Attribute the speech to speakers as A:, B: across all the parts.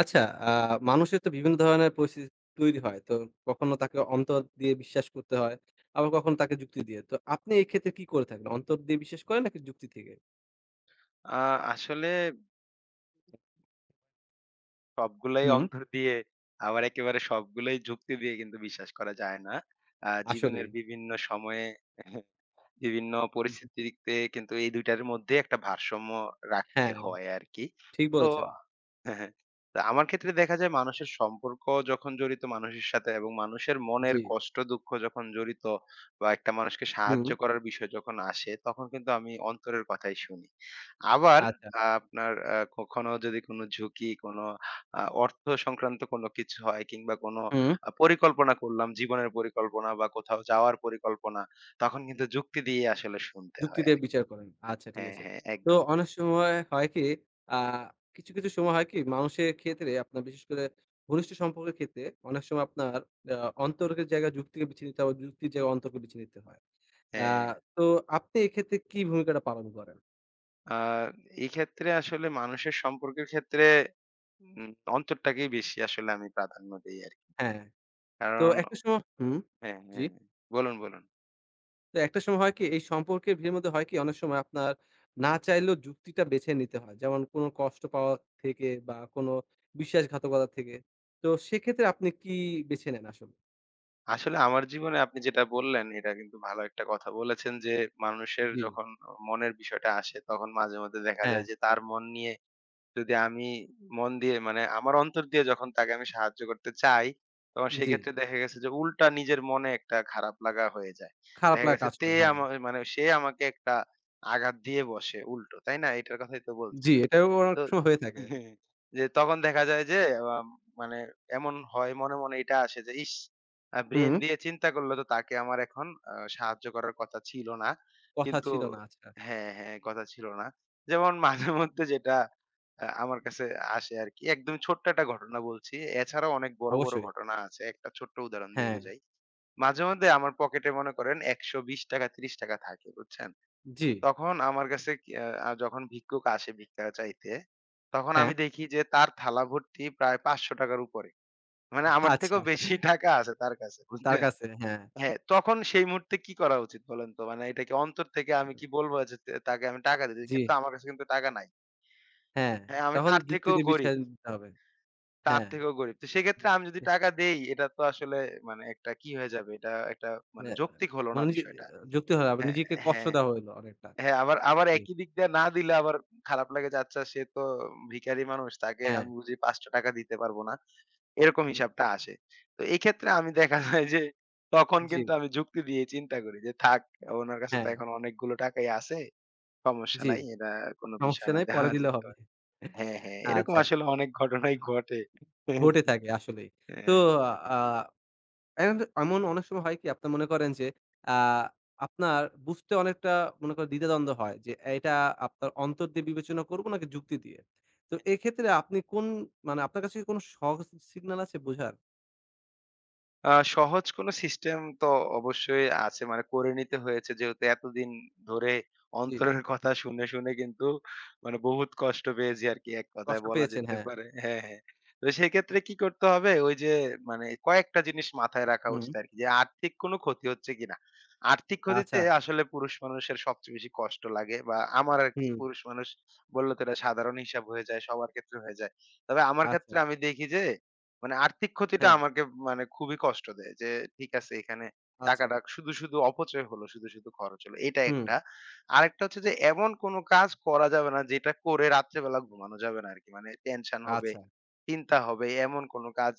A: আচ্ছা, মানুষের তো বিভিন্ন ধরনের পরিস্থিতি তৈরি হয়। তো কখনো তাকে অন্তর দিয়ে বিশ্বাস করতে হয়, আবার কখনো তাকে যুক্তি দিয়ে। তো আপনি এই ক্ষেত্রে কি করে থাকেন? অন্তর দিয়ে বিশ্বাস করেন নাকি যুক্তি থেকে?
B: আ আসলে সবগুলাই
A: হুম,
B: অন্তর দিয়ে, আবার একেবারে সবগুলোই যুক্তি দিয়ে কিন্তু বিশ্বাস করা যায় না। জীবনের
A: আসলেই।
B: বিভিন্ন সময়ে বিভিন্ন
A: উহু,
B: পরিস্থিতিতে কিন্তু এই ২ টার মধ্যে একটা ভারসাম্য রাখতে
A: হ্যাঁ,
B: হয় আরকি।
A: ঠিক
B: তো
A: বলেছেন।
B: হ্যাঁ, হ্যাঁ। তা আমার ক্ষেত্রে দেখা যায় মানুষের সম্পর্ক যখন জড়িত মানুষের সাথে, এবং মানুষের মনের
A: জি,
B: কষ্ট দুঃখ যখন জড়িত বা একটা মানুষকে
A: হুম,
B: সাহায্য করার বিষয় যখন আসে তখন কিন্তু আমি অন্তরের কথাই শুনি। আবার
A: আচ্ছা,
B: আপনার কখনো যদি কোনো ঝুঁকি, কোনো অর্থ সংক্রান্ত কোনো কিছু হয়, কিংবা কোনো
A: হুম,
B: পরিকল্পনা করলাম, জীবনের পরিকল্পনা বা কোথাও যাওয়ার পরিকল্পনা, তখন কিন্তু যুক্তি দিয়ে আসলে শুনতে
A: যুক্তি
B: হয়
A: দিয়ে
B: আরকি।
A: বিচার করেন। আচ্ছা, ঠিক
B: হ্যাঁ,
A: আছে।
B: হ্যাঁ,
A: তো
B: একদম।
A: অনেক সময় হয় কি, আ কিছু, কিছু সময় হয় কি মানুষের ক্ষেত্রে আপনার বিশেষ করে ঘনিষ্ঠ সম্পর্কের ক্ষেত্রে অনেক সময় আপনার আ অন্তর্কের জায়গায় যুক্তিকে বেছে নিতে হয়, আবার যুক্তির জায়গায় অন্তর্কে বেছে নিতে হয়। আ
B: হ্যাঁ।
A: তো আপনি এক্ষেত্রে কি ভূমিকাটা পালন করেন?
B: আ এই ক্ষেত্রে আসলে মানুষের সম্পর্কের ক্ষেত্রে উম অন্তরটাকেই বেশি আসলে আমি প্রাধান্য দেই আরকি।
A: হ্যাঁ, তো
B: কারণ
A: একটা সময় হুম,
B: হ্যাঁ,
A: জি।
B: হ্যাঁ। বলুন, বলুন।
A: তো একটা সময় হয় কি এই সম্পর্কের ভিড়ের মধ্যে হয় কি অনেক সময় আপনার না চাইলেও যুক্তিটা বেছে নিতে হয়। যেমন কোনো কষ্ট পাওয়া থেকে বা কোনো বিশ্বাসঘাতকতা থেকে। তো সেক্ষেত্রে আপনি কি বেছে নেন আসলে?
B: আসলে আমার জীবনে আপনি যেটা বললেন এটা কিন্তু ভালো একটা কথা বলেছেন যে, মানুষের
A: জি,
B: যখন মনের বিষয়টা আসে তখন মাঝে মধ্যে দেখা
A: হ্যাঁ,
B: যায় যে তার মন নিয়ে যদি আমি মন দিয়ে, মানে আমার অন্তর দিয়ে যখন তাকে আমি সাহায্য করতে চাই, তখন
A: জি।
B: সেক্ষেত্রে দেখা গেছে যে উল্টা নিজের মনে একটা খারাপ লাগা হয়ে যায়।
A: খারাপ
B: দেখা
A: লাগা
B: গেছে
A: কাজ
B: তে
A: করে, হ্যাঁ।
B: মানে সে আমাকে একটা আঘাত দিয়ে বসে উল্টো, তাই না? এটার কথাই তো
A: জি,
B: বলছিলেন।
A: এটাও অনেক
B: তো
A: সময় হয়ে থাকে।
B: হ্যাঁ, যে তখন দেখা যায় যে আম মানে এমন হয়, মনে এটা আসে যে ইস! ব্রেইন
A: হুম,
B: দিয়ে চিন্তা করলে তো তাকে আমার এখন সাহায্য করার কথা ছিল না।
A: কথা
B: কিন্তু
A: ছিল না, আচ্ছা।
B: হ্যাঁ, হ্যাঁ, কথা ছিল না। যেমন মাঝে মধ্যে যেটা আমার কাছে আসে আরকি। একদম ছোট্ট একটা ঘটনা বলছি। এছাড়াও অনেক বড়, বড়
A: অবশ্যই।
B: ঘটনা আছে। একটা ছোট্ট উদাহরণ দিয়ে
A: হ্যাঁ,
B: বুঝাই। মাঝে মধ্যে আমার পকেটে মনে করেন ৳১২০ ৳৩০ থাকে, বুঝছেন?
A: জি,
B: তখন আমার কাছে কি যখন ভিক্ষুক আসে ভিক্ষা চাইতে, তখন
A: হ্যাঁ।
B: আমি দেখি যে তার থালা ভর্তি প্রায় ৳৫০০ র উপরে। মানে আমার
A: আচ্ছা,
B: থেকেও বেশি টাকা আছে তার কাছে,
A: তার
B: বুঝলেন?
A: কাছে, হ্যাঁ,
B: হ্যাঁ, তখন সেই মুহূর্তে কি করা উচিত বলেন তো? মানে এটা কি অন্তর থেকে আমি কি বলব যে তাকে আমি টাকা দিয়ে দিই?
A: জি।
B: কিন্তু আমার কাছে কিন্তু টাকা নাই।
A: হ্যাঁ,
B: হ্যাঁ, আমি
A: তখন
B: তার
A: যুক্তি
B: থেকেও
A: দিয়ে
B: গরিব।
A: বিছায় দিতে হবে।
B: তার
A: হ্যাঁ।
B: থেকেও গরিব। তো সেক্ষেত্রে আমি যদি টাকা দেই এটা তো আসলে মানে একটা কি হয়ে যাবে? এটা একটা মানে
A: অ্যা
B: যৌক্তিক হলো না
A: মানে নিজে
B: বিষয়টা।
A: যুক্তি হয় আবার
B: হ্যাঁ,
A: নিজেকে কষ্ট
B: হ্যাঁ,
A: দেওয়া হইলো অনেকটা।
B: হ্যাঁ, আবার আবার
A: জি।
B: একই দিক দিয়ে না দিলে আবার খারাপ লাগে যে আচ্ছা সে তো ভিখারি মানুষ, তাকে
A: হ্যাঁ।
B: আমি বুঝি ৳৫০০ দিতে পারব না। এরকম
A: হুম,
B: হিসাবটা আসে। তো এই ক্ষেত্রে আমি দেখা যায় যে তখন
A: জি।
B: কিন্তু আমি যুক্তি দিয়ে চিন্তা করি যে, থাক, ওনার কাছে তো
A: হ্যাঁ,
B: এখন অনেকগুলো টাকাই আছে। সমস্যা
A: জি।
B: নাই। এটা কোনো বিষয়
A: সমস্যা
B: না,
A: নাই পরে
B: দেওয়া
A: দিলে
B: যেতে
A: হবে।
B: পারে। হ্যাঁ, হ্যাঁ, এরকম
A: আচ্ছা।
B: আসলে অনেক ঘটনাই ঘটে।
A: ঘটে থাকে আসলেই। তো
B: হ্যাঁ।
A: আ এন্ড এমন অনেক সময় হয় কি আপনি মনে করেন যে আ আপনার বুঝতে অনেকটা মনে করেন দ্বিধাদ্বন্দ্ব হয় যে এটা আপনার অন্তর দিয়ে বিবেচনা করবো নাকি যুক্তি দিয়ে। তো এক্ষেত্রে আপনি কোন মানে আপনার কাছে কি কোন সহজ সিগন্যাল আছে বোঝার?
B: সহজ কোনো সিস্টেম তো অবশ্যই আছে। মানে করে নিতে হয়েছে যেহেতু এতদিন ধরে
A: জি,
B: অন্তরের কথা শুনে কিন্তু মানে বহুত কষ্ট পেয়েছি আরকি, এক কথায়
A: কষ্ট
B: বলা
A: পেয়েছেন,
B: যেতে
A: হ্যাঁ।
B: পারে। হ্যাঁ, হ্যাঁ। তো সেক্ষেত্রে কি করতে হবে? ওই যে মানে কয়েকটা জিনিস মাথায় রাখা
A: হুম,
B: উচিত আরকি যে আর্থিক কোনো ক্ষতি হচ্ছে কিনা। আর্থিক ক্ষতিতে
A: আচ্ছা,
B: আসলে পুরুষ মানুষের সবচেয়ে বেশি কষ্ট লাগে, বা আমার আরকি,
A: হুম,
B: পুরুষ মানুষ বললে তো এটা সাধারণ হিসাব হয়ে যায়, সবার ক্ষেত্রে হয়ে যায়। তবে আমার
A: আচ্ছা,
B: ক্ষেত্রে আমি দেখি যে মানে আর্থিক ক্ষতিটা
A: হ্যাঁ,
B: আমাকে মানে খুবই কষ্ট দেয় যে ঠিক আছে এখানে
A: আচ্ছা,
B: টাকাটা শুধু শুধু অপচয় হলো, শুধু শুধু খরচ হলো, এটা
A: হুম,
B: একটা, আরেকটা হচ্ছে যে এমন কোনো কাজ করা যাবে না যেটা করে রাত্রেবেলা ঘুমানো যাবে না আর কি, মানে টেনশন হবে,
A: আচ্ছা,
B: চিন্তা হবে এমন কোনো কাজ,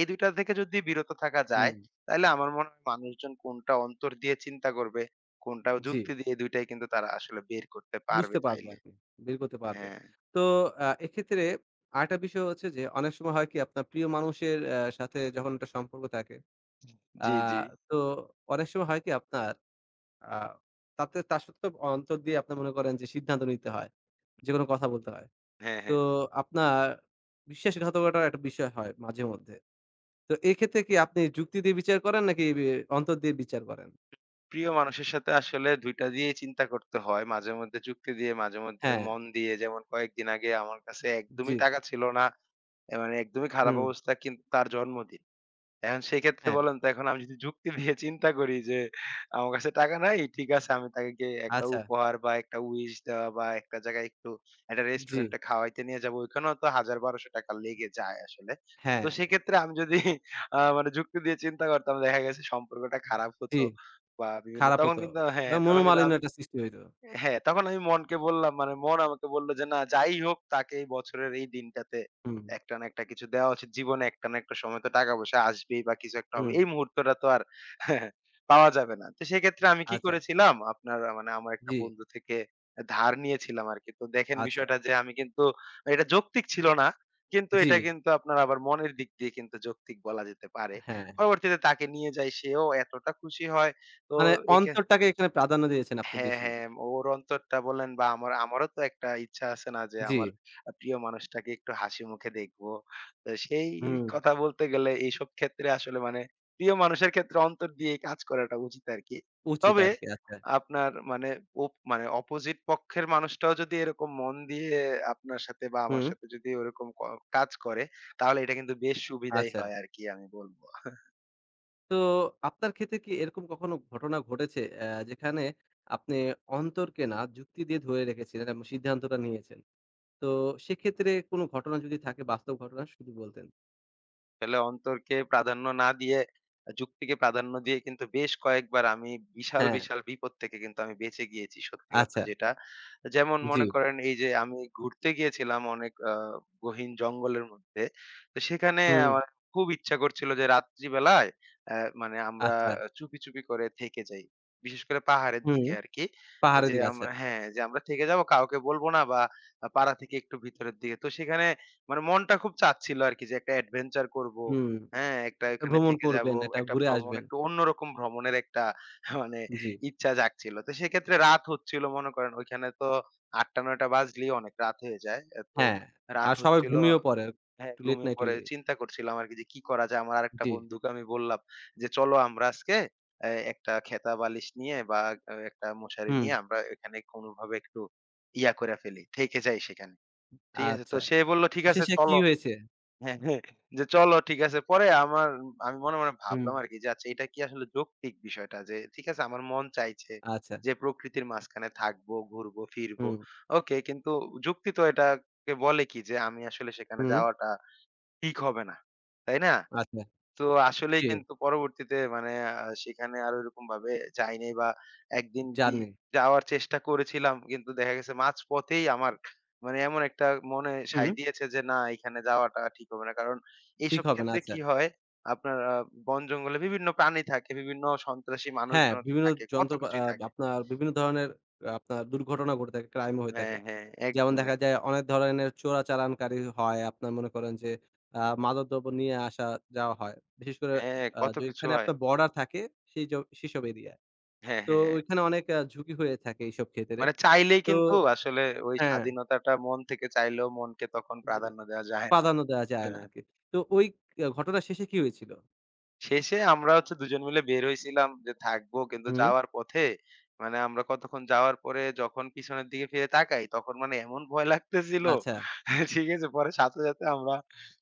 B: এই দুইটা থেকে যদি বিরত থাকা যায়
A: হুম,
B: তাহলে আমার মনে হয় মানুষজন কোনটা অন্তর দিয়ে চিন্তা করবে, কোনটা
A: জি,
B: যুক্তি দিয়ে, দুইটাই কিন্তু তারা আসলে বের করতে পারবে
A: বুঝতে পারবে
B: চাইলে।
A: আরকি, বের করতে পারবে।
B: হ্যাঁ।
A: তো এক্ষেত্রে আরেকটা বিষয় হচ্ছে যে, অনেক সময় হয় কি আপনার প্রিয় মানুষের সাথে যখন একটা সম্পর্ক থাকে,
B: জি, জি।
A: হুম। তো অনেক সময় হয় কি আপনার আ তাতে তার সত্ত্বেও অন্তর দিয়ে আপনার মনে করেন যে সিদ্ধান্ত নিতে হয়, যেকোনো কথা বলতে হয়।
B: হ্যাঁ,
A: তো
B: হ্যাঁ।
A: আপনার বিশ্বাসঘাতকতার একটা বিষয় হয় মাঝে মধ্যে। তো এক্ষেত্রে কি আপনি যুক্তি দিয়ে বিচার করেন নাকি অন্তর দিয়ে বিচার করেন?
B: প্রিয় মানুষের সাথে আসলে ২ টা দিয়েই চিন্তা করতে হয়। মাঝে মধ্যে যুক্তি দিয়ে, মাঝে মধ্যে
A: হ্যাঁ,
B: মন দিয়ে। যেমন কয়েকদিন আগে আমার কাছে
A: জি,
B: একদমই টাকা ছিল না। এ মানে একদমই খারাপ
A: হুম,
B: অবস্থা, কিন্তু তার জন্মদিন। এখন সেক্ষেত্রে
A: হ্যাঁ,
B: বলেন তো এখন আমি যদি যুক্তি দিয়ে চিন্তা করি যে আমার কাছে টাকা নাই, ঠিক আছে আমি তাকে গিয়ে একটা
A: আচ্ছা,
B: উপহার বা একটা উইশ দেওয়া বা একটা জায়গায় একটু একটা
A: জি,
B: রেস্টুরেন্টে খাওয়াইতে নিয়ে যাবো। ওইখানেও তো ৳১,০০০-১,২০০ লেগে যায় আসলে। তো
A: হ্যাঁ,
B: সেক্ষেত্রে আমি যদি মানে যুক্তি দিয়ে চিন্তা করতাম দেখা গেছে সম্পর্কটা খারাপ হতো,
A: জি,
B: বা বিভিন্ন
A: খারাপ
B: তখন
A: হতো।
B: কিন্তু হ্যাঁ, তখন কিন্তু
A: মনোমালিন্য
B: আমি
A: একটা সৃষ্টি হইতো।
B: হ্যাঁ, তখন আমি মনকে বললাম, মানে মন আমাকে বলল যে, "না, যাই হোক তাকে এই বছরের এই দিনটাতে
A: হুম,
B: একটা না একটা কিছু দেওয়া উচিত। জীবনে একটা না একটা সময় তো টাকা-পয়সা আসবেই বা কিছু একটা হবে।
A: হুম,
B: এই মুহূর্তটা তো আর পাওয়া যাবে না।" তো সেক্ষেত্রে আমি কি
A: আচ্ছা,
B: করেছিলাম আপনার মানে আমার একটা
A: জি,
B: বন্ধু থেকে ধার নিয়েছিলাম আরকি। তো দেখেন
A: আচ্ছা,
B: বিষয়টা যে আমি কিন্তু এটা যৌক্তিক ছিল না। কিন্তু
A: জি,
B: এটা কিন্তু আপনার আবার মনের দিক দিয়ে কিন্তু যৌক্তিক বলা যেতে পারে।
A: হ্যাঁ।
B: পরবর্তীতে তাকে নিয়ে যাই, সেও এতটা খুশি হয়। তো
A: মানে
B: এক্ষে
A: অন্তরটাকে এখানে প্রাধান্য দিয়েছেন আপনি
B: হ্যাঁ,
A: বেশি।
B: হ্যাঁ। ওর অন্তরটা বলেন বা আমার, আমারও তো একটা ইচ্ছা আছে না যে
A: জি,
B: আমার প্রিয় মানুষটাকে একটু হাসি মুখে দেখবো। তো সেই
A: হুম,
B: কথা বলতে গেলে এইসব ক্ষেত্রে আসলে মানে প্রিয় মানুষের ক্ষেত্রে অন্তর দিয়ে কাজ করাটা উচিত আরকি।
A: উচিত
B: তবে
A: আরকি। আচ্ছা,
B: আপনার মানে মানে অপোজিট পক্ষের মানুষটাও যদি এরকম মন দিয়ে আপনার সাথে বা আমার
A: হুম,
B: সাথে যদি ওরকম কাজ করে তাহলে এটা কিন্তু বেশ সুবিধাই
A: আচ্ছা।
B: হয় আরকি, আমি বলব।
A: তো আপনার ক্ষেত্রে কি এরকম কখনো ঘটনা ঘটেছে যেখানে আপনি অন্তরকে না যুক্তি দিয়ে ধরে রেখেছিলেন এবং সিদ্ধান্তটা নিয়েছেন? তো সেক্ষেত্রে কোনো ঘটনা যদি থাকে বাস্তব ঘটনা শুধু বলতেন।
B: আসলে অন্তরকে প্রাধান্য না দিয়ে যুক্তিকে প্রাধান্য দিয়ে কিন্তু বেশ কয়েকবার আমি বিশাল,
A: হ্যাঁ,
B: বিশাল বিপদ থেকে কিন্তু আমি বেঁচে গিয়েছি, সত্যি কথা
A: আচ্ছা।
B: যেটা। যেমন
A: জি।
B: মনে করেন এই যে আমি ঘুরতে গিয়েছিলাম অনেক গহীন জঙ্গলের মধ্যে। তো সেখানে
A: হুম,
B: আমার খুব ইচ্ছা করছিল যে রাত্রিবেলায় মানে আমরা
A: আচ্ছা।
B: চুপি, চুপি করে থেকে যাই। বিশেষ করে পাহাড়ের
A: হুম,
B: দিকে আরকি।
A: পাহাড়ের
B: যে
A: দিকে আচ্ছা।
B: আমরা হ্যাঁ, যে আমরা থেকে যাবো, কাউকে বলব না বা পাড়া থেকে একটু ভিতরের দিকে। তো সেখানে মানে মনটা খুব চাচ্ছিল আরকি যে একটা অ্যাডভেঞ্চার করব।
A: হুম,
B: হ্যাঁ, একটা
A: একটা
B: এখানে
A: ভ্রমণ
B: থেকে যাব,
A: করবেন, একটা
B: একটা
A: ঘুরে
B: ভ্রমণ,
A: আসবেন।
B: একটু অন্যরকম ভ্রমণের একটা মানে
A: জি,
B: ইচ্ছা জাগছিল। তো সেক্ষেত্রে রাত হচ্ছিল, মনে করেন ওইখানে তো ৮ঃ০০-৯ঃ০০ বাজলেই অনেক রাত হয়ে যায়। এ তো
A: হ্যাঁ।
B: রাত
A: আর সবাই
B: হচ্ছিল,
A: ঘুমিয়েও পড়ে।
B: হ্যাঁ,
A: একটু লেট
B: ঘুমিয়ে
A: নাইট
B: পড়ে
A: হলে।
B: চিন্তা করছিলাম আরকি যে কি করা যায়? আমার আরেকটা
A: জি,
B: বন্ধুকে আমি বললাম যে, "চলো আমরা আজকে এ একটা খেতা বালিশ নিয়ে বা একটা মশারি
A: হুম,
B: নিয়ে আমরা এখানে কোনভাবে একটু ইয়া কইরা ফেলি, থেকে যাই সেখানে।" ঠিক আছে? তো
A: আচ্ছা।
B: সে বলল, "ঠিক
A: তো
B: আছে
A: শেষে কি
B: চলো।"
A: হয়েছে?
B: হ্যাঁ, হ্যাঁ। যে চলো ঠিক আছে। পরে আমার, আমি মনে
A: হুম,
B: ভাবলাম আরকি যে আচ্ছা এটা কি আসলে যৌক্তিক বিষয়টা যে ঠিক আছে আমার মন চাইছে
A: আচ্ছা।
B: যে প্রকৃতির মাঝখানে থাকবো, ঘুরবো, ফিরবো।
A: হুম,
B: ওকে, কিন্তু যুক্তি তো এটাকে বলে কি যে আমি আসলে সেখানে
A: হুম,
B: যাওয়াটা ঠিক হবে না। তাই না?
A: আচ্ছা।
B: তো আসলেই
A: জি,
B: কিন্তু পরবর্তীতে মানে সেখানে আর ওইরকমভাবে যাই নাই, বা একদিন কি
A: জার্নি।
B: যাওয়ার চেষ্টা করেছিলাম। কিন্তু দেখা গেছে মাঝপথেই আমার মানে এমন একটা মনে সায়
A: হুম,
B: দিয়েছে যে, না, এখানে যাওয়াটা ঠিক হবে না। কারণ
A: ঠিক
B: এইসব
A: হবে না।
B: ক্ষেত্রে
A: আচ্ছা।
B: কি হয় আপনার বন জঙ্গলে বিভিন্ন প্রাণী থাকে, বিভিন্ন সন্ত্রাসী
A: হ্যাঁ,
B: মানুষজন
A: বিভিন্ন
B: থাকে, কত
A: যন্ত্র আ
B: কিছুই থাকে।
A: আপনার বিভিন্ন ধরনের আপনার দুর্ঘটনা ঘটে থাকে, ক্রাইম হয়ে
B: হ্যাঁ,
A: থাকে।
B: হ্যাঁ,
A: যেমন
B: একদম,
A: দেখা
B: একদম।
A: যায় অনেক ধরনের চোরাচালানকারী হয়। আপনার মনে করেন যে মাদকদ্রব্য নিয়ে আসা যাওয়া হয়। বিশেষ করে
B: হ্যাঁ, কত কিছু
A: যেখানে
B: হয়।
A: আপনার বর্ডার থাকে সেই জ সেসব এরিয়ায়।
B: হ্যাঁ,
A: তো
B: হ্যাঁ।
A: ওইখানে অনেক ঝুঁকি হয়ে থাকে এইসব ক্ষেত্রে।
B: মানে চাইলেই
A: তো
B: কিন্তু আসলে ওই
A: হ্যাঁ,
B: স্বাধীনতাটা মন থেকে চাইলেও মনকে তখন
A: দ
B: প্রাধান্য দেওয়া যায় না।
A: প্রাধান্য দেওয়া যায় না
B: হ্যাঁ।
A: আরকি। তো ওই ঘটনার শেষে কি হয়েছিল?
B: শেষে আমরা হচ্ছে দুজন মিলে বের হইছিলাম যে থাকবো। কিন্তু
A: হুম।
B: যাওয়ার পথে মানে আমরা কতক্ষণ যাওয়ার পরে যখন পিছনের দিকে ফিরে তাকাই তখন মানে এমন ভয় লাগতেছিল।
A: আচ্ছা,
B: ঠিক আছে? পরে সাথে, সাথে আমরা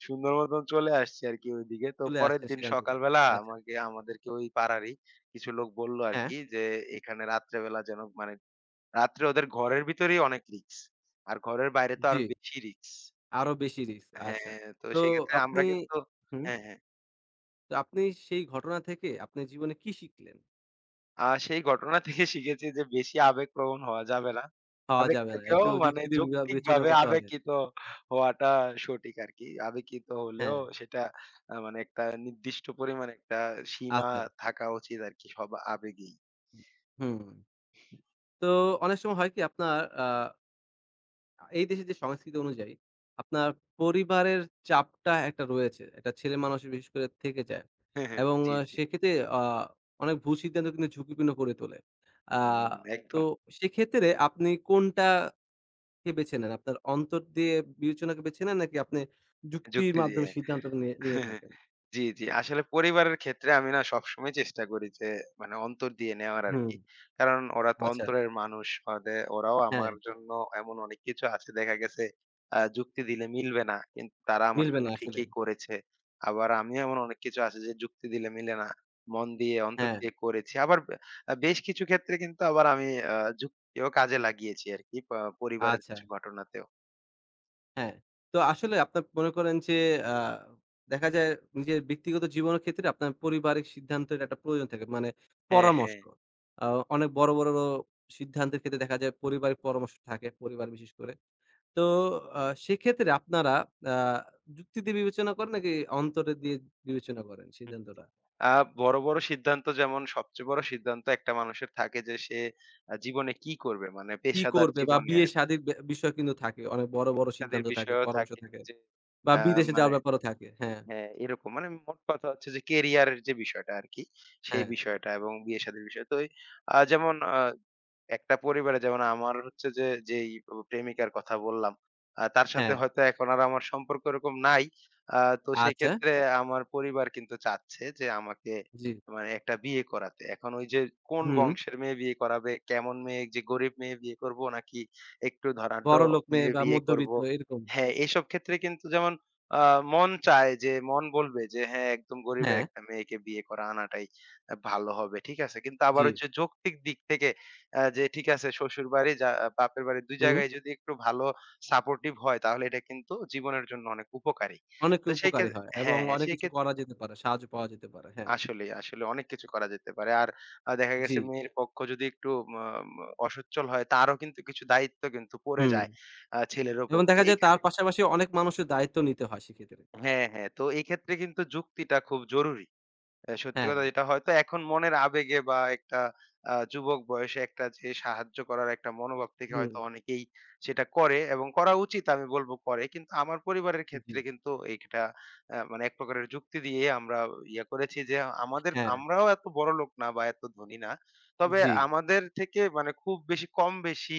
B: সুন্দর মতন চলে আসছি আরকি ওইদিকে। তো
A: চলে
B: পরের
A: আসছেন
B: দিন
A: সেখান থেকে।
B: সকালবেলা
A: আচ্ছা,
B: আমাকে, আমাদেরকে ওই পাড়ারই কিছু লোক বলল
A: হ্যাঁ,
B: আরকি যে, "এখানে রাত্রেবেলা যেন মানে রাত্রে ওদের ঘরের ভিতরেই অনেক রিস্ক। আর ঘরের বাইরে তো
A: জি।
B: আরো বেশি রিস্ক।"
A: আরো বেশি রিস্ক।
B: হ্যাঁ,
A: আচ্ছা।
B: তো
A: তো
B: সেক্ষেত্রে আমরা
A: আপনি
B: কিন্তু
A: হুম।
B: হ্যাঁ, হ্যাঁ।
A: তো আপনি সেই ঘটনা থেকে আপনার জীবনে কি শিখলেন?
B: সেই ঘটনা থেকে শিখেছি যে বেশি আবেগপ্রবণ হওয়া যাবে না।
A: খাওয়া যাবে না।
B: আবেগটাকেও
A: একটু
B: মানে
A: যুক্তি দিয়ে বিবেচনা
B: যৌক্তিকভাবে
A: করতে হবে।
B: আবেগকৃত হওয়াটা সঠিক আরকি। আবেগকৃত হলেও
A: হ্যাঁ,
B: সেটা মানে একটা নির্দিষ্ট পরিমাণে একটা সীমা
A: আচ্ছা।
B: থাকা উচিত আরকি, সব আবেগেই।
A: হুম। তো অনেক সময় হয় কি আপনার আ এই দেশে যে সংস্কৃতি অনুযায়ী আপনার পরিবারের চাপটা একটা রয়েছে। একটা ছেলে মানুষের বিশেষ করে থেকে যায়। এবং
B: জি, জি।
A: সেক্ষেত্রে আ অনেক ভুল সিদ্ধান্ত কিন্তু ঝুঁকিপূর্ণ করে তোলে। আ
B: হুম,
A: তো
B: একদম।
A: সেক্ষেত্রে আপনি কোনটা কে বেছে নেন? আপনার অন্তর দিয়ে বিবেচনাকে বেছে নেন নাকি আপনি যুক্তির
B: যুক্তি দিয়ে।
A: মাধ্যমে সিদ্ধান্তটা নিয়ে নিয়ে
B: হ্যাঁ,
A: থাকেন?
B: জি, জি। আসলে পরিবারের ক্ষেত্রে আমি না সবসময় চেষ্টা করি যে মানে অন্তর দিয়ে নেওয়ার
A: হুম,
B: আরকি। কারণ ওরা তো
A: আচ্ছা।
B: অন্তরের মানুষ। ওরাও
A: হ্যাঁ,
B: আমার জন্য এমন অনেক কিছু আছে দেখা গেছে যুক্তি দিলে মিলবে না। কিন্তু তারা আমার
A: মিলবে
B: জন্য
A: না
B: ঠিকই
A: আসলেই।
B: করেছে। আবার আমিও এমন অনেক কিছু আছে যে যুক্তি দিলে মিলে না। মন দিয়ে, অন্তর
A: হ্যাঁ,
B: দিয়ে করেছি। আবার বে আ বেশ কিছু ক্ষেত্রে কিন্তু আবার আমি আ যুক্তিও কাজে লাগিয়েছি আরকি, পরিবারের
A: আচ্ছা,
B: কিছু ঘটনাতেও।
A: হ্যাঁ। তো আসলে আপনার মনে করেন যে আ দেখা যায় নিজের ব্যক্তিগত জীবনের ক্ষেত্রে আপনার পারিবারিক সিদ্ধান্তের একটা প্রয়োজন থাকে। মানে
B: হ্যাঁ, হ্যাঁ,
A: পরামর্শ। আ
B: হ্যাঁ।
A: অনেক বড়, বড় সিদ্ধান্তের ক্ষেত্রে দেখা যায় পারিবারিক পরামর্শ থাকে, পরিবার বিশেষ করে। তো সেক্ষেত্রে আপনারা আ যুক্তি দিয়ে বিবেচনা করেন নাকি অন্তর দিয়ে বিবেচনা করেন সিদ্ধান্তটা?
B: আ বড়, বড় সিদ্ধান্ত, যেমন সবচেয়ে বড় সিদ্ধান্ত একটা মানুষের থাকে যে সে জীবনে কি করবে? মানে
A: কি
B: পেশাদার
A: করবে বা
B: জীবনে আরকি।
A: বিয়ে-শাদির বিষয় কিন্তু থাকে। অনেক বড়, বড়
B: পেশাদের
A: সিদ্ধান্ত থাকে,
B: বিষয়ও
A: পরামর্শ
B: থাকে
A: থাকে
B: যে
A: বা
B: আ
A: বিদেশে
B: মানে
A: যাওয়ার ব্যাপারও থাকে। হ্যাঁ,
B: হ্যাঁ, এরকম মানে মোট কথা হচ্ছে যে কেরিয়ারের যে বিষয়টা আরকি, সেই
A: হ্যাঁ,
B: বিষয়টা এবং বিয়ে-শাদির বিষয়। তো ওই যেমন একটা পরিবারে যেমন আমার হচ্ছে যে, যেই প্রেমিকার কথা বললাম, তার সাথে
A: হ্যাঁ।
B: হয়তো এখন আর আমার সম্পর্ক ওরকম নাই। আ তো
A: আচ্ছা,
B: সেক্ষেত্রে আমার পরিবার কিন্তু চাচ্ছে যে আমাকে
A: জি।
B: মানে একটা বিয়ে করাতে। এখন ওই যে কোন
A: হুম।
B: বংশের মেয়ে বিয়ে করাবে, কেমন মেয়ে, যে গরিব মেয়ে বিয়ে করব নাকি একটু ধনাঢ্য
A: বড়লোক মেয়ে
B: মেয়ে
A: বা
B: বিয়ে করব।
A: মধ্যবিত্ত এরকম।
B: হ্যাঁ, এসব ক্ষেত্রে কিন্তু যেমন আ মন চায়, যে মন বলবে যে হ্যাঁ, একদম গরিবের
A: হ্যাঁ,
B: একটা মেয়েকে বিয়ে করা আনাটাই ভালো হবে। ঠিক আছে? কিন্তু আবার
A: জি।
B: ওই যে যৌক্তিক দিক থেকে যে ঠিক আছে শ্বশুরবাড়ি যা, বাপের বাড়ি ২
A: হুম।
B: জায়গায় যদি একটু ভালো সাপোর্টিভ হয় তাহলে এটা কিন্তু জীবনের জন্য অনেক উপকারী।
A: অনেক
B: তো সেই
A: উপকারী
B: ক্ষেত্রে
A: হয় এবং
B: হ্যাঁ, হ্যাঁ,
A: অনেক
B: সেই
A: কিছু
B: ক্ষেত্রে
A: করা যেতে পারে, সাহায্য পাওয়া যেতে পারে। হ্যাঁ,
B: আসলেই, আসলে অনেক কিছু করা যেতে পারে। আর দেখা
A: জি।
B: গেছে মেয়ের পক্ষ যদি একটু মা মা অসচ্ছল হয় তারও কিন্তু কিছু দায়িত্ব কিন্তু পড়ে
A: হুম।
B: যায় ছেলের উপর।
A: এবং
B: তো
A: দেখা যায়
B: এইখানে
A: তার পাশাপাশি অনেক মানুষের দায়িত্ব নিতে হয় সেক্ষেত্রে।
B: হ্যাঁ, হ্যাঁ। তো এই ক্ষেত্রে কিন্তু যুক্তিটা খুব জরুরি। সত্যি
A: হ্যাঁ,
B: কথা, যেটা হয়তো এখন মনের আবেগে বা একটা যুবক বয়সে, একটা যে সাহায্য করার একটা মনোভাব থেকে
A: হুম,
B: হয়তো অনেকেই সেটা করে এবং করা উচিত, আমি বলব করে। কিন্তু আমার পরিবারের
A: জি।
B: ক্ষেত্রে কিন্তু এটা মানে এক প্রকারের যুক্তি দিয়ে আমরা ইয়ে করেছি যে আমাদের,
A: হ্যাঁ,
B: আমরাও এত বড়লোক না বা এত ধনী না। তবে
A: জি,
B: আমাদের থেকে মানে খুব বেশি কম বেশি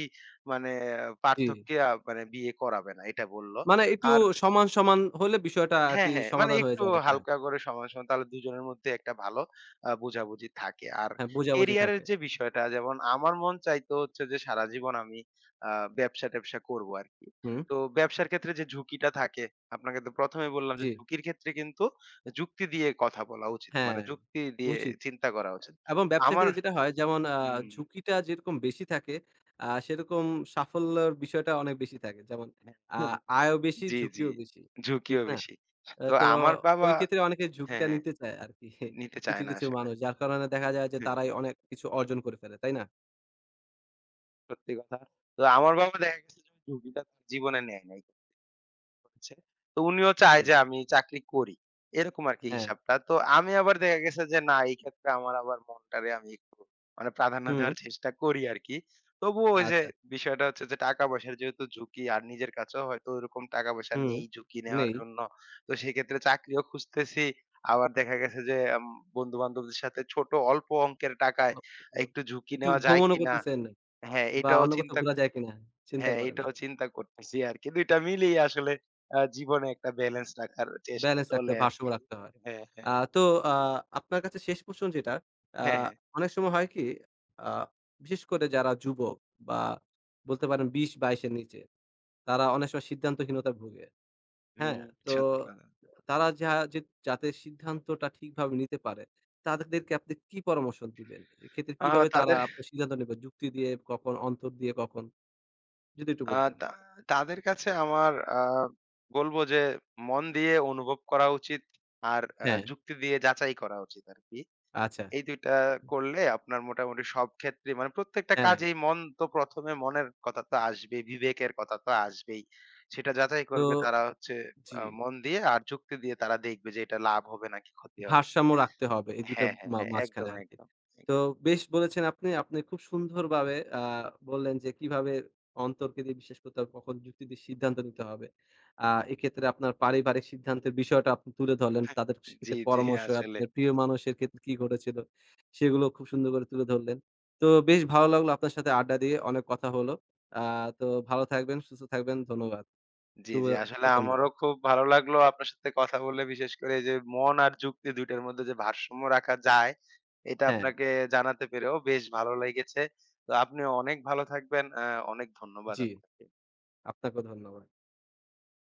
B: মানে আহ,
A: জি।
B: পার্থক্যে মানে বিয়ে করাবে না এটা বলল।
A: মানে একটু
B: আর
A: সমান, সমান হলে বিষয়টা
B: হ্যাঁ,
A: আরকি
B: হ্যাঁ। মানে
A: সমাধান হয়ে
B: একটু
A: যায় অনেকটা।
B: হালকা করে সময়, সময় তাহলে দুজনের মধ্যে একটা ভালো বোঝাবুঝি থাকে। আর
A: হ্যাঁ, বোঝাবুঝি
B: ক্যারিয়ারের
A: থাকে।
B: যে বিষয়টা, যেমন আমার মন চাইতো হচ্ছে যে সারা জীবন আমি আ ব্যবসা-ট্যাবসা করব আরকি।
A: হুম।
B: তো ব্যবসার ক্ষেত্রে যে ঝুঁকিটা থাকে, আপনাকে তো ১ম এই বললাম যে
A: জি,
B: ঝুঁকির ক্ষেত্রে কিন্তু যুক্তি দিয়ে কথা বলা উচিত। মানে
A: হ্যাঁ,
B: যুক্তি দিয়ে
A: উচিত।
B: চিন্তা করা উচিত।
A: এবং ব্যবসার
B: আমার
A: ক্ষেত্রে যেটা হয় যেমন
B: হুম।
A: ঝুঁকিটা যেরকম বেশি থাকে, সেরকম সাফল্যের বিষয়টা অনেক বেশি থাকে। যেমন আ আয়ও বেশি,
B: জি, জি।
A: ঝুঁকিও বেশি। ঠিক
B: ঝুঁকিও
A: না?
B: বেশি। তো
A: তো
B: আমার বাবা
A: ওই ক্ষেত্রে অনেকে
B: হ্যাঁ,
A: ঝুঁকিটা
B: হ্যাঁ।
A: নিতে চায় আরকি
B: নিতে
A: কিছু,
B: চায় না
A: কিছু
B: আসলে।
A: মানুষ। যার কারণে দেখা যায় যে তারাই অনেক কিছু অর্জন করে ফেলে। তাই না?
B: সত্যি কথা। তো আমার বাবা দেখা গেছে যে ঝুঁকিটা তার জীবনে নেয় নাই। হচ্ছে। তো উনিও চায়
A: হুম।
B: যে আমি চাকরি করি। এরকম আরকি
A: হ্যাঁ,
B: হিসাবটা। তো আমি আবার দেখা গেছে যে না, এই ক্ষেত্রে আমার আবার মনটারে আমি একটু মানে প্রাধান্য
A: হুম,
B: দেওয়ার চেষ্টা করি আরকি। তবুও ওই যে
A: আচ্ছা,
B: বিষয়টা হচ্ছে যে টাকা-পয়সার যেহেতু ঝুঁকি, আর নিজের কাছেও হয়তো ওরকম টাকা-পয়সা
A: হুম,
B: নেই ঝুঁকি নেওয়ার
A: নেই।
B: জন্য। তো সেক্ষেত্রে চাকরিও খুঁজতেছি। আবার দেখা গেছে যে বন্ধু-বান্ধবদের সাথে ছোট অল্প অঙ্কের টাকায় একটু ঝুঁকি
A: একটু
B: নেওয়া যায়
A: ভ্রমণও
B: কিনা?
A: করতেছেন না,
B: হ্যাঁ,
A: বা
B: এটাও
A: অন্য কোথাও
B: চিন্তা
A: ঘোরা যায় কিনা চিন্তা
B: হ্যাঁ,
A: করেন।
B: এটাও
A: আচ্ছা।
B: চিন্তা করতেছি আরকি। ২ টা মিলিয়ে আসলে জীবনে একটা ব্যালেন্স রাখার চেষ্টা
A: ব্যালেন্স রাখতে
B: চলে
A: হয়,
B: আরকি।
A: ভারসাম্য রাখতে হয়।
B: হ্যাঁ, হ্যাঁ।
A: তো আ আপনার কাছে শেষ প্রশ্ন যেটা, আ
B: হ্যাঁ, হ্যাঁ।
A: অনেক সময় হয় কি আ বিশেষ করে যারা যুবক বা বলতে পারেন ২০-২২ এর নিচে, তারা অনেক সময় সিদ্ধান্তহীনতায় ভোগে। হ্যাঁ?
B: হুম,
A: তো
B: সত্যি কথা।
A: তারা যে যাতে সিদ্ধান্তটা ঠিকভাবে নিতে পারে, তাদেরকে আপনি কি পরামর্শ দিবেন? এক্ষেত্রে
B: আ
A: কিভাবে তারা
B: তাদের
A: আপনার সিদ্ধান্ত নেবে? যুক্তি দিয়ে কখন, অন্তর দিয়ে কখন? যদি একটু
B: আ
A: বলতেন।
B: তা তাদের কাছে আমার বলব যে মন দিয়ে অনুভব করা উচিত। আর
A: হ্যাঁ,
B: যুক্তি দিয়ে যাচাই করা উচিত আরকি।
A: আচ্ছা।
B: এই ২ টা করলে আপনার মোটামুটি সব ক্ষেত্রেই মানে প্রত্যেকটা
A: হ্যাঁ,
B: কাজেই মন, তো ১ম এ মনের কথা তো আসবেই, বিবেকের কথা তো আসবেই। সেটা যাচাই
A: তো
B: করবে তারা হচ্ছে
A: জি।
B: মন দিয়ে আর যুক্তি দিয়ে, তারা দেখবে যে এটা লাভ হবে নাকি ক্ষতি হবে।
A: ভারসাম্য রাখতে হবে এই ২ টার
B: হ্যাঁ, হ্যাঁ, হ্যাঁ। একদম,
A: মাঝখানে আরকি।
B: একদম।
A: তো বেশ বলেছেন আপনি। আপনি খুব সুন্দরভাবে বললেন যে কিভাবে অন্তরকে দিয়ে বিশ্বাস করতে হবে, কখন যুক্তি দিয়ে সিদ্ধান্ত নিতে হবে। আ এক্ষেত্রে আপনার পারিবারিক সিদ্ধান্তের বিষয়টা আপনি তুলে ধরলেন। তাদের
B: জি,
A: সেক্ষেত্রে
B: জি,
A: পরামর্শ,
B: আসলে।
A: আপনার প্রিয় মানুষের ক্ষেত্রে কি ঘটেছিল সেগুলো খুব সুন্দর করে তুলে ধরলেন। তো বেশ ভালো লাগলো আপনার সাথে আড্ডা দিয়ে অনেক কথা হলো। আ তো ভালো থাকবেন, সুস্থ থাকবেন। ধন্যবাদ।
B: জি,
A: শুভ
B: জি। আসলে
A: শুভ সন্ধ্যা।
B: আমারও খুব ভালো লাগলো আপনার সাথে কথা বলে। বিশেষ করে এই যে মন আর যুক্তি ২ টার মধ্যে যে ভারসাম্য রাখা যায়, এটা
A: হ্যাঁ,
B: আপনাকে জানাতে পেরেও বেশ ভালো লেগেছে। তো আপনি অনেক ভালো থাকবেন। অনেক ধন্যবাদ
A: জি।
B: আপনাকে।
A: আপনাকেও ধন্যবাদ।